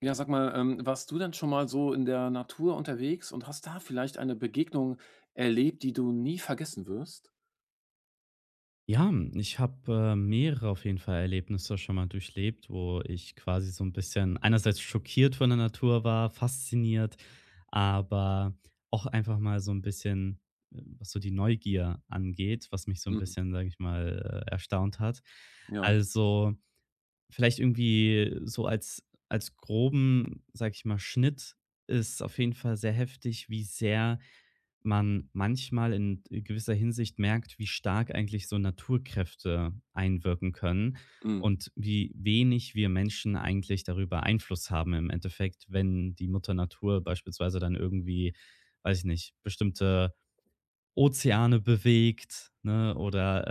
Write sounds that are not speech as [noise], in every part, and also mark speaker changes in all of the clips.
Speaker 1: Ja, sag mal, warst du denn schon mal so in der Natur unterwegs und hast da vielleicht eine Begegnung erlebt, die du nie vergessen wirst?
Speaker 2: Ja, ich habe mehrere auf jeden Fall Erlebnisse schon mal durchlebt, wo ich quasi so ein bisschen einerseits schockiert von der Natur war, fasziniert, aber auch einfach mal so ein bisschen, was so die Neugier angeht, was mich so ein
Speaker 1: Mhm.
Speaker 2: bisschen, sage ich mal, erstaunt hat.
Speaker 1: Ja.
Speaker 2: Also vielleicht irgendwie so als groben, sage ich mal, Schnitt ist auf jeden Fall sehr heftig, wie sehr man manchmal in gewisser Hinsicht merkt, wie stark eigentlich so Naturkräfte einwirken können
Speaker 1: Mhm.
Speaker 2: und wie wenig wir Menschen eigentlich darüber Einfluss haben im Endeffekt, wenn die Mutter Natur beispielsweise dann irgendwie, weiß ich nicht, bestimmte Ozeane bewegt, ne,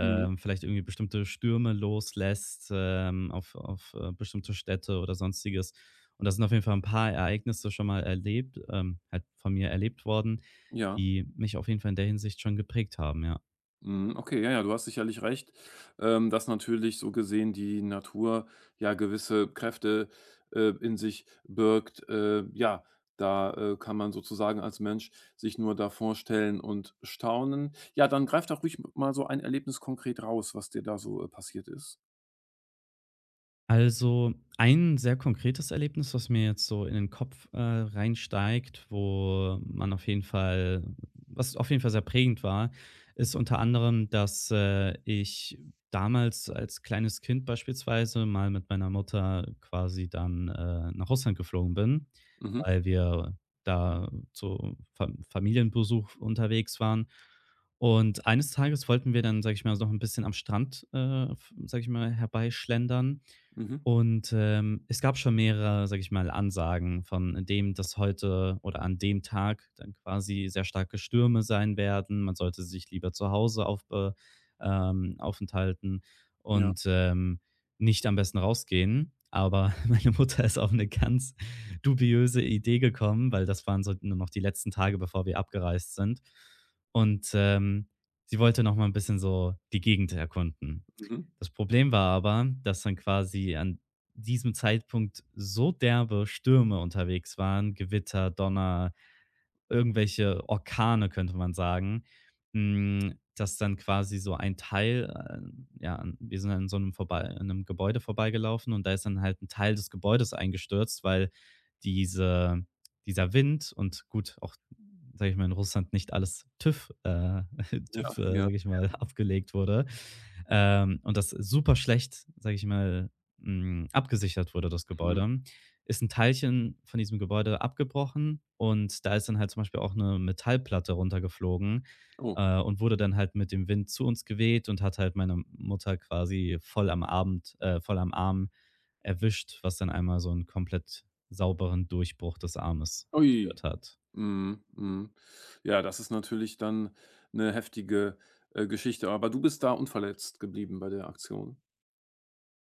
Speaker 1: Mhm.
Speaker 2: vielleicht irgendwie bestimmte Stürme loslässt, auf bestimmte Städte oder Sonstiges. Und das sind auf jeden Fall ein paar Ereignisse schon mal erlebt, halt von mir erlebt worden,
Speaker 1: Ja.
Speaker 2: die mich auf jeden Fall in der Hinsicht schon geprägt haben, ja.
Speaker 1: Mhm. Okay, ja, ja, du hast sicherlich recht, dass natürlich so gesehen die Natur ja gewisse Kräfte, in sich birgt. Ja, da, kann man sozusagen als Mensch sich nur da vorstellen und staunen. Ja, dann greif doch ruhig mal so ein Erlebnis konkret raus, was dir da so, passiert ist.
Speaker 2: Also, ein sehr konkretes Erlebnis, was mir jetzt so in den Kopf, reinsteigt, wo man auf jeden Fall was auf jeden Fall sehr prägend war, ist unter anderem, dass, ich damals als kleines Kind beispielsweise mal mit meiner Mutter quasi dann, nach Russland geflogen bin,
Speaker 1: Mhm.
Speaker 2: weil wir da zu Fa Familienbesuch unterwegs waren. Und eines Tages wollten wir dann, sage ich mal, noch ein bisschen am Strand, f sage ich mal, herbeischlendern.
Speaker 1: Mhm.
Speaker 2: Und, es gab schon mehrere, sage ich mal, Ansagen von dem, dass heute oder an dem Tag dann quasi sehr starke Stürme sein werden. Man sollte sich lieber zu Hause aufbe aufenthalten
Speaker 1: Ja.
Speaker 2: und, nicht am besten rausgehen. Aber [laughs] meine Mutter ist auf eine ganz dubiöse Idee gekommen, weil das waren so nur noch die letzten Tage, bevor wir abgereist sind. Und, sie wollte noch mal ein bisschen so die Gegend erkunden.
Speaker 1: Mhm.
Speaker 2: Das Problem war aber, dass dann quasi an diesem Zeitpunkt so derbe Stürme unterwegs waren, Gewitter, Donner, irgendwelche Orkane, könnte man sagen, dass dann quasi so ein Teil, ja, wir sind an so einem vorbei an 'nem Gebäude vorbeigelaufen und da ist dann halt ein Teil des Gebäudes eingestürzt, weil diese dieser Wind und, gut, auch, sage ich mal, in Russland nicht alles TÜV [laughs]
Speaker 1: Ja,
Speaker 2: TÜV,
Speaker 1: ja.
Speaker 2: sage ich mal, [laughs] abgelegt wurde, und das super schlecht, sage ich mal, abgesichert wurde, das
Speaker 1: Mhm.
Speaker 2: Gebäude. Ist ein Teilchen von diesem Gebäude abgebrochen und da ist dann halt zum Beispiel auch eine Metallplatte runtergeflogen,
Speaker 1: Oh.
Speaker 2: und wurde dann halt mit dem Wind zu uns geweht und hat halt meine Mutter quasi voll am Abend voll am Arm erwischt, was dann einmal so einen komplett sauberen Durchbruch des Armes
Speaker 1: Ui.
Speaker 2: geführt hat.
Speaker 1: Mhm, mhm. Ja, das ist natürlich dann 'ne heftige, Geschichte. Aber du bist da unverletzt geblieben bei der Aktion?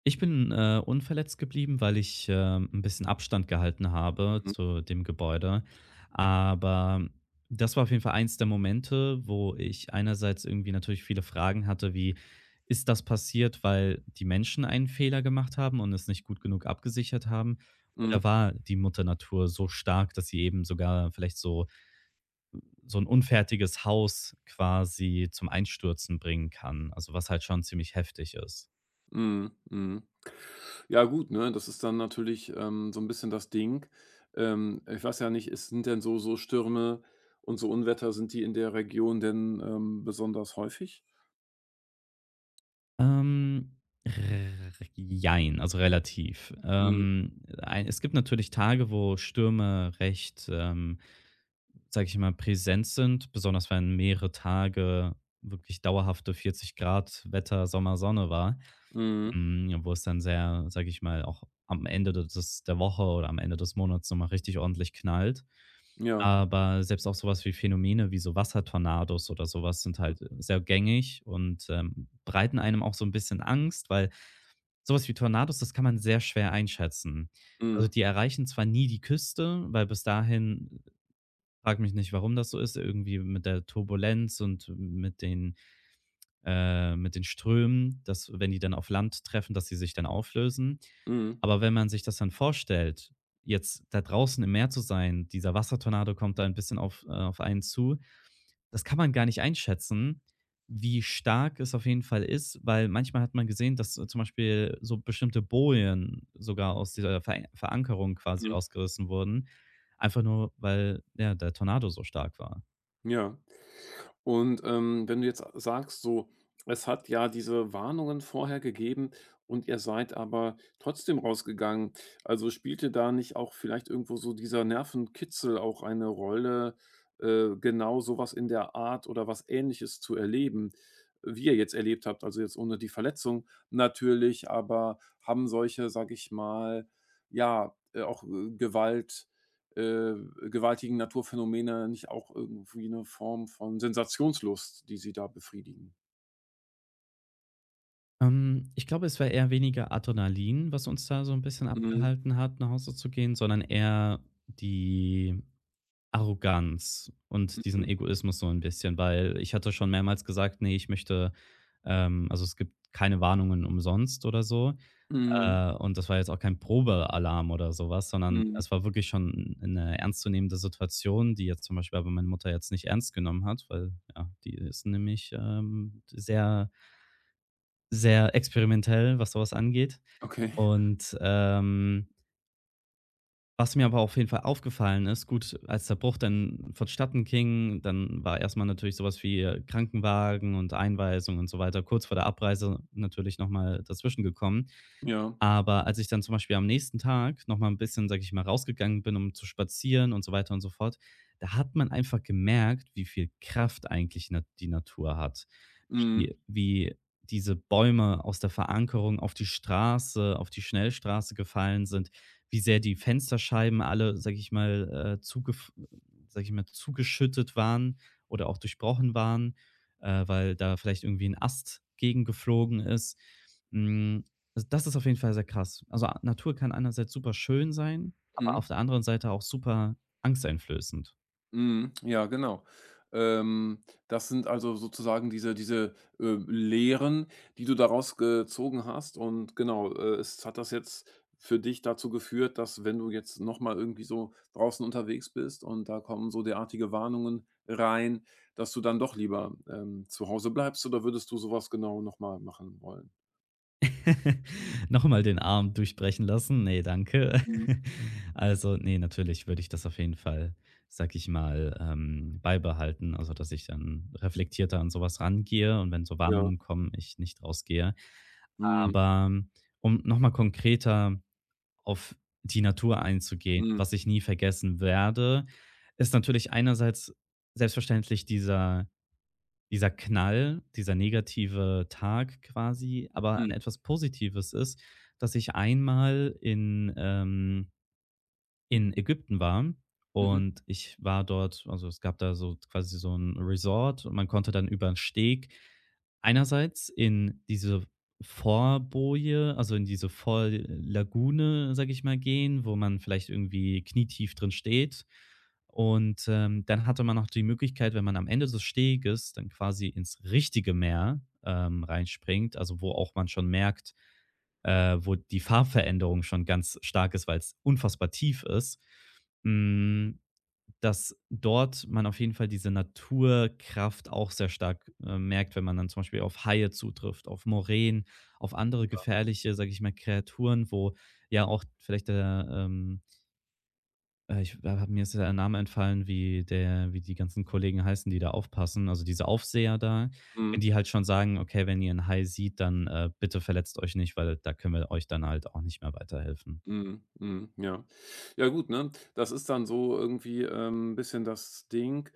Speaker 2: Ich bin, unverletzt geblieben, weil ich, 'n bisschen Abstand gehalten habe
Speaker 1: Mhm.
Speaker 2: zu dem Gebäude. Aber das war auf jeden Fall eins der Momente, wo ich einerseits irgendwie natürlich viele Fragen hatte wie: „Ist das passiert, weil die Menschen einen Fehler gemacht haben und es nicht gut genug abgesichert haben?
Speaker 1: Mhm.
Speaker 2: Oder war die Mutter Natur so stark, dass sie eben sogar vielleicht so ein unfertiges Haus quasi zum Einstürzen bringen kann?" Also, was halt schon ziemlich heftig ist.
Speaker 1: Mhm. Mhm. Ja gut, ne, das ist dann natürlich, so 'n bisschen das Ding. Ich weiß ja nicht, ist sind denn so Stürme und so Unwetter, sind die in der Region denn, besonders häufig?
Speaker 2: Ähm, r jein, also relativ.
Speaker 1: Mhm.
Speaker 2: Ein es gibt natürlich Tage, wo Stürme recht, sage ich mal, präsent sind, besonders wenn mehrere Tage wirklich dauerhafte 40 Grad Wetter, Sommer, Sonne war,
Speaker 1: Mhm.
Speaker 2: wo es dann sehr, sage ich mal, auch am Ende des der Woche oder am Ende des Monats noch mal richtig ordentlich knallt.
Speaker 1: Ja.
Speaker 2: Aber selbst auch sowas wie Phänomene wie so Wassertornados oder sowas sind
Speaker 1: Mhm.
Speaker 2: halt sehr gängig und, bereiten einem auch so ein bisschen Angst, weil sowas wie Tornados, das kann man sehr schwer einschätzen. Also,
Speaker 1: Mhm.
Speaker 2: die erreichen zwar nie die Küste, weil bis dahin, frage mich nicht, warum das so ist, irgendwie mit der Turbulenz und mit den Strömen, dass wenn die dann auf Land treffen, dass sie sich dann auflösen.
Speaker 1: Mhm.
Speaker 2: Aber wenn man sich das dann vorstellt, jetzt da draußen im Meer zu sein, dieser Wassertornado kommt da ein bisschen auf einen zu. Das kann man gar nicht einschätzen, wie stark es auf jeden Fall ist, weil manchmal hat man gesehen, dass zum Beispiel so bestimmte Bojen sogar aus dieser Verankerung quasi
Speaker 1: Mhm.
Speaker 2: rausgerissen wurden, einfach nur, weil, ja, der Tornado so stark war.
Speaker 1: Ja. Und, wenn du jetzt sagst, so, es hat ja diese Warnungen vorher gegeben und ihr seid aber trotzdem rausgegangen. Also, spielte da nicht auch vielleicht irgendwo so dieser Nervenkitzel auch eine Rolle, genau sowas in der Art oder was Ähnliches zu erleben, wie ihr jetzt erlebt habt? Also, jetzt ohne die Verletzung natürlich, aber haben solche, sage ich mal, ja, auch, äh, gewaltigen Naturphänomene nicht auch irgendwie eine Form von Sensationslust, die sie da befriedigen?
Speaker 2: Ich glaube, es war eher weniger Adrenalin, was uns da so ein bisschen
Speaker 1: Mhm.
Speaker 2: abgehalten hat, nach Hause zu gehen, sondern eher die Arroganz und diesen
Speaker 1: Mhm.
Speaker 2: Egoismus so ein bisschen, weil ich hatte schon mehrmals gesagt: „Nee, ich möchte." Also, es gibt keine Warnungen umsonst oder so.
Speaker 1: Mhm.
Speaker 2: Und das war jetzt auch kein Probealarm oder sowas, sondern
Speaker 1: Mhm.
Speaker 2: es war wirklich schon eine ernstzunehmende Situation, die jetzt zum Beispiel aber meine Mutter jetzt nicht ernst genommen hat, weil, ja, die ist nämlich, sehr, sehr experimentell, was sowas angeht.
Speaker 1: Okay.
Speaker 2: Und, was mir aber auf jeden Fall aufgefallen ist, gut, als der Bruch dann vonstatten ging, dann war erst mal natürlich sowas wie, Krankenwagen und Einweisung und so weiter kurz vor der Abreise natürlich noch mal dazwischen gekommen.
Speaker 1: Ja.
Speaker 2: Aber als ich dann zum Beispiel am nächsten Tag noch mal ein bisschen, sage ich mal, rausgegangen bin, um zu spazieren und so weiter und so fort, da hat man einfach gemerkt, wie viel Kraft eigentlich na die Natur hat.
Speaker 1: Mhm.
Speaker 2: Wie diese Bäume aus der Verankerung auf die Straße, auf die Schnellstraße gefallen sind, wie sehr die Fensterscheiben alle, sage ich mal, zugef sage ich mal, zugeschüttet waren oder auch durchbrochen waren, weil da vielleicht irgendwie ein Ast gegengeflogen ist. Hm, also, das ist auf jeden Fall sehr krass. Also, a Natur kann einerseits super schön sein, aber
Speaker 1: Mhm.
Speaker 2: auf der anderen Seite auch super angsteinflößend.
Speaker 1: Mhm, ja, genau. Ähm, Das sind also sozusagen diese Lehren, die du daraus gezogen hast und genau, es hat das jetzt für dich dazu geführt, dass wenn du jetzt noch mal irgendwie so draußen unterwegs bist und da kommen so derartige Warnungen rein, dass du dann doch lieber, zu Hause bleibst oder würdest du sowas genau noch mal machen wollen?
Speaker 2: [laughs] Noch mal den Arm durchbrechen lassen? Ne, danke.
Speaker 1: Mhm.
Speaker 2: [laughs] Also, ne, natürlich würde ich das auf jeden Fall, sage ich mal, beibehalten, also, dass ich dann reflektierter an sowas rangehe und wenn so
Speaker 1: Ja.
Speaker 2: Warnungen kommen, ich nicht rausgehe.
Speaker 1: Mhm.
Speaker 2: Aber um noch mal konkreter auf die Natur einzugehen:
Speaker 1: Mhm.
Speaker 2: Was ich nie vergessen werde, ist natürlich einerseits selbstverständlich dieser Knall, dieser negative Tag quasi, aber
Speaker 1: Mhm.
Speaker 2: an etwas Positives ist, dass ich einmal in Ägypten war,
Speaker 1: Mhm.
Speaker 2: und ich war dort. Also, es gab da so quasi so ein Resort und man konnte dann über einen Steg einerseits in diese Vorboje, also, in diese Vorlagune, sage ich mal, gehen, wo man vielleicht irgendwie knietief drin steht. Und, dann hatte man noch die Möglichkeit, wenn man am Ende des Steges dann quasi ins richtige Meer, reinspringt, also, wo auch man schon merkt, wo die Farbveränderung schon ganz stark ist, weil es unfassbar tief ist. Hm, Dass dort man auf jeden Fall diese Naturkraft auch sehr stark, merkt, wenn man dann zum Beispiel auf Haie zutrifft, auf Moränen, auf andere gefährliche, sage ich mal, Kreaturen, wo ja auch vielleicht der, ich habe mir, ist der Name entfallen, wie die ganzen Kollegen heißen, die da aufpassen, also diese Aufseher da, wenn
Speaker 1: Mhm.
Speaker 2: die halt schon sagen: „Okay, wenn ihr 'n Hai sieht, dann, bitte verletzt euch nicht, weil da können wir euch dann halt auch nicht mehr weiterhelfen."
Speaker 1: Mhm, mhm, ja. Ja gut, ne? Das ist dann so irgendwie, ein bisschen das Ding,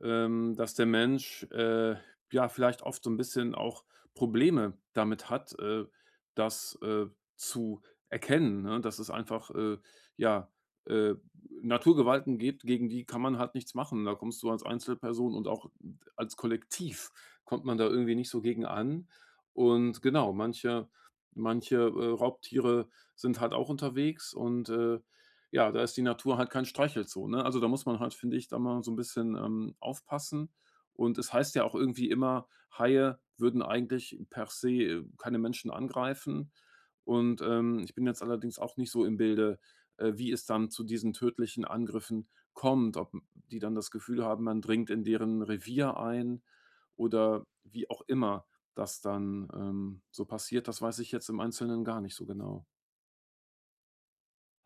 Speaker 1: dass der Mensch, ja, vielleicht oft so ein bisschen auch Probleme damit hat, das, zu erkennen, ne? Dass es einfach, ja, äh, Naturgewalten gibt, gegen die kann man halt nichts machen. Da kommst du als Einzelperson und auch als Kollektiv kommt man da irgendwie nicht so gegen an. Und genau, Raubtiere sind halt auch unterwegs und, ja, da ist die Natur halt kein Streichelzoo, ne? Also, da muss man halt, finde ich, da mal so ein bisschen, aufpassen. Und es heißt ja auch irgendwie immer, Haie würden eigentlich per se, keine Menschen angreifen. Und, ich bin jetzt allerdings auch nicht so im Bilde, wie es dann zu diesen tödlichen Angriffen kommt, ob die dann das Gefühl haben, man dringt in deren Revier ein oder wie auch immer das dann, so passiert, das weiß ich jetzt im Einzelnen gar nicht so genau.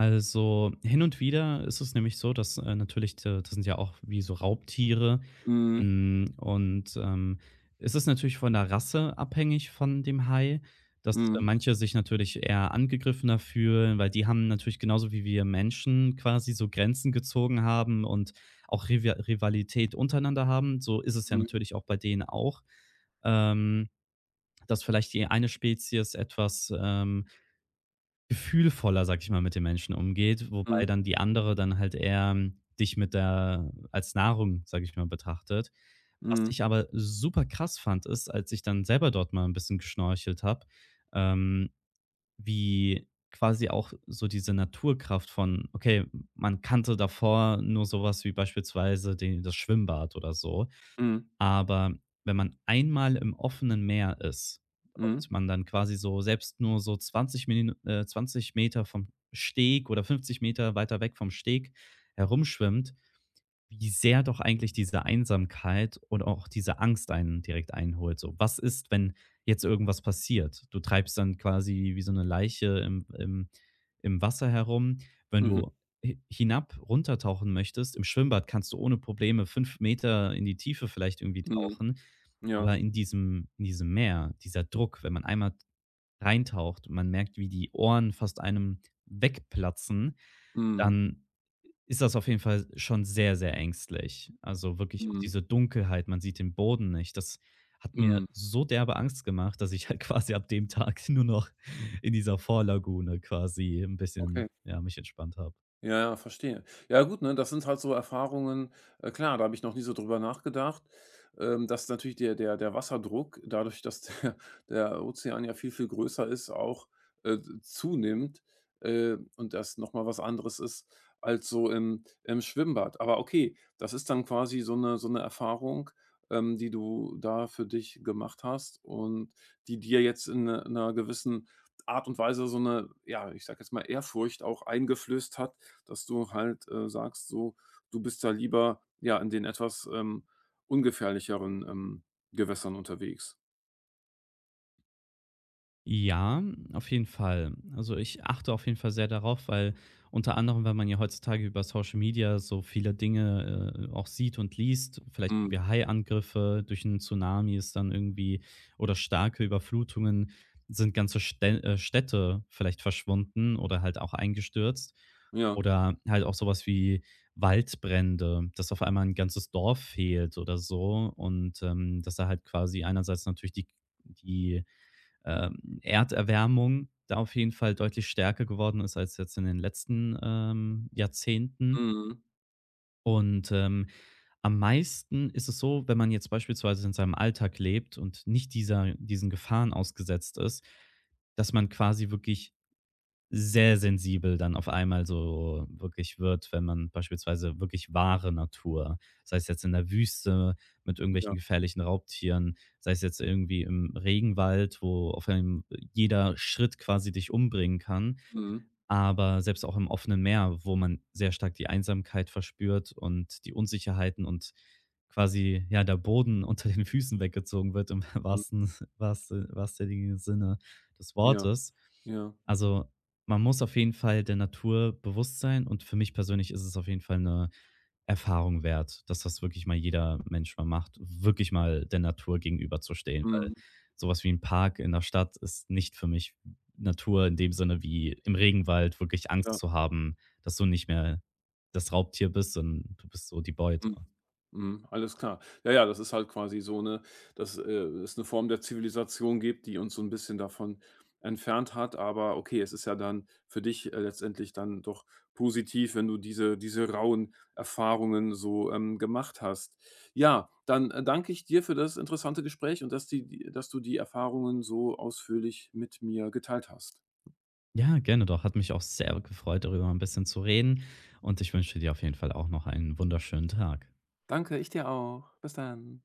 Speaker 2: Also, hin und wieder ist es nämlich so, dass, natürlich, d das sind ja auch wie so Raubtiere.
Speaker 1: Mhm.
Speaker 2: Hm, und, ähm, Es ist natürlich von der Rasse abhängig von dem Hai, dass
Speaker 1: Mhm.
Speaker 2: manche sich natürlich eher angegriffener fühlen, weil die haben natürlich genauso wie wir Menschen quasi so Grenzen gezogen haben und auch Rivalität untereinander haben. So ist es ja
Speaker 1: Mhm.
Speaker 2: natürlich auch bei denen auch, ähm, dass vielleicht die eine Spezies etwas, gefühlvoller, sag ich mal, mit den Menschen umgeht,
Speaker 1: Mhm.
Speaker 2: wobei dann die andere dann halt eher, dich mit der als Nahrung, sag ich mal, betrachtet. Was
Speaker 1: Mhm.
Speaker 2: ich aber super krass fand, ist, als ich dann selber dort mal ein bisschen geschnorchelt habe, ähm, wie quasi auch so diese Naturkraft von, okay, man kannte davor nur sowas wie beispielsweise den das Schwimmbad oder so.
Speaker 1: Mhm.
Speaker 2: Aber wenn man einmal im offenen Meer ist
Speaker 1: Mhm.
Speaker 2: und man dann quasi so selbst nur so 20 Minu 20 Meter vom Steg oder 50 Meter weiter weg vom Steg herumschwimmt, wie sehr doch eigentlich diese Einsamkeit und auch diese Angst einen direkt einholt. So, was ist, wenn jetzt irgendwas passiert? Du treibst dann quasi wie so eine Leiche im Wasser herum. Wenn
Speaker 1: Mhm.
Speaker 2: du hi hinab runtertauchen möchtest, im Schwimmbad kannst du ohne Probleme 5 Meter in die Tiefe vielleicht irgendwie
Speaker 1: Mhm.
Speaker 2: tauchen,
Speaker 1: Ja.
Speaker 2: aber in diesem Meer, dieser Druck, wenn man einmal reintaucht und man merkt, wie die Ohren fast einem wegplatzen,
Speaker 1: Mhm.
Speaker 2: dann ist das auf jeden Fall schon sehr, sehr ängstlich. Also wirklich auch
Speaker 1: Mhm.
Speaker 2: diese Dunkelheit, man sieht den Boden nicht. Das hat mir
Speaker 1: Mhm.
Speaker 2: so derbe Angst gemacht, dass ich halt [laughs] quasi ab dem Tag nur noch in dieser Vorlagune quasi ein bisschen,
Speaker 1: Okay.
Speaker 2: ja, mich entspannt habe.
Speaker 1: Ja, ja, verstehe. Ja gut, ne, das sind halt so Erfahrungen, klar, da habe ich noch nie so drüber nachgedacht, dass natürlich der Wasserdruck, dadurch, dass der [laughs] der Ozean ja viel, viel größer ist, auch, zunimmt, und das noch mal was anderes ist als so im Schwimmbad. Aber okay, das ist dann quasi so eine Erfahrung, die du da für dich gemacht hast und die dir jetzt in einer gewissen Art und Weise so eine ja, ich sage jetzt mal, Ehrfurcht auch eingeflößt hat, dass du halt, sagst, so, du bist da lieber, ja, in den etwas, ungefährlicheren, Gewässern unterwegs.
Speaker 2: Ja, auf jeden Fall. Also, ich achte auf jeden Fall sehr darauf, weil, unter anderem, wenn man ja heutzutage über Social Media so viele Dinge, auch sieht und liest, vielleicht
Speaker 1: Mhm.
Speaker 2: irgendwie Haiangriffe durch einen Tsunami ist dann irgendwie, oder starke Überflutungen, sind ganze Städte vielleicht verschwunden oder halt auch eingestürzt.
Speaker 1: Ja.
Speaker 2: Oder halt auch sowas wie Waldbrände, dass auf einmal ein ganzes Dorf fehlt oder so. Und, dass da halt quasi einerseits natürlich die Erderwärmung da auf jeden Fall deutlich stärker geworden ist als jetzt in den letzten, Jahrzehnten.
Speaker 1: Mhm.
Speaker 2: Und, am meisten ist es so, wenn man jetzt beispielsweise in seinem Alltag lebt und nicht dieser diesen Gefahren ausgesetzt ist, dass man quasi wirklich sehr sensibel dann auf einmal so wirklich wird, wenn man beispielsweise wirklich wahre Natur, sei es jetzt in der Wüste mit
Speaker 1: Ja.
Speaker 2: irgendwelchen gefährlichen Raubtieren, sei es jetzt irgendwie im Regenwald, wo auf einem jeder Schritt quasi dich umbringen kann,
Speaker 1: Mhm.
Speaker 2: aber selbst auch im offenen Meer, wo man sehr stark die Einsamkeit verspürt und die Unsicherheiten, und quasi, ja, der Boden [laughs] unter den Füßen weggezogen wird, im [laughs]
Speaker 1: Mhm.
Speaker 2: wahrsten Sinne des
Speaker 1: Ja.
Speaker 2: Wortes.
Speaker 1: Ja.
Speaker 2: Also, man muss auf jeden Fall der Natur bewusst sein, und für mich persönlich ist es auf jeden Fall eine Erfahrung wert, dass das wirklich mal jeder Mensch mal macht, wirklich mal der Natur gegenüberzustehen, weil
Speaker 1: Mhm.
Speaker 2: sowas wie ein Park in der Stadt ist nicht für mich. Natur in dem Sinne wie im Regenwald, wirklich Angst
Speaker 1: Ja.
Speaker 2: zu haben, dass du nicht mehr das Raubtier bist, sondern du bist so die Beute.
Speaker 1: Mhm. Mhm, alles klar. Ja, ja, das ist halt quasi so eine, dass, es 'ne Form der Zivilisation gibt, die uns so ein bisschen davon entfernt hat. Aber okay, es ist ja dann für dich, letztendlich dann doch positiv, wenn du diese rauen Erfahrungen so, gemacht hast. Ja, dann, danke ich dir für das interessante Gespräch und dass du die Erfahrungen so ausführlich mit mir geteilt hast.
Speaker 2: Ja, gerne doch. Hat mich auch sehr gefreut, darüber ein bisschen zu reden. Und ich wünsche dir auf jeden Fall auch noch einen wunderschönen Tag.
Speaker 1: Danke, ich dir auch. Bis dann.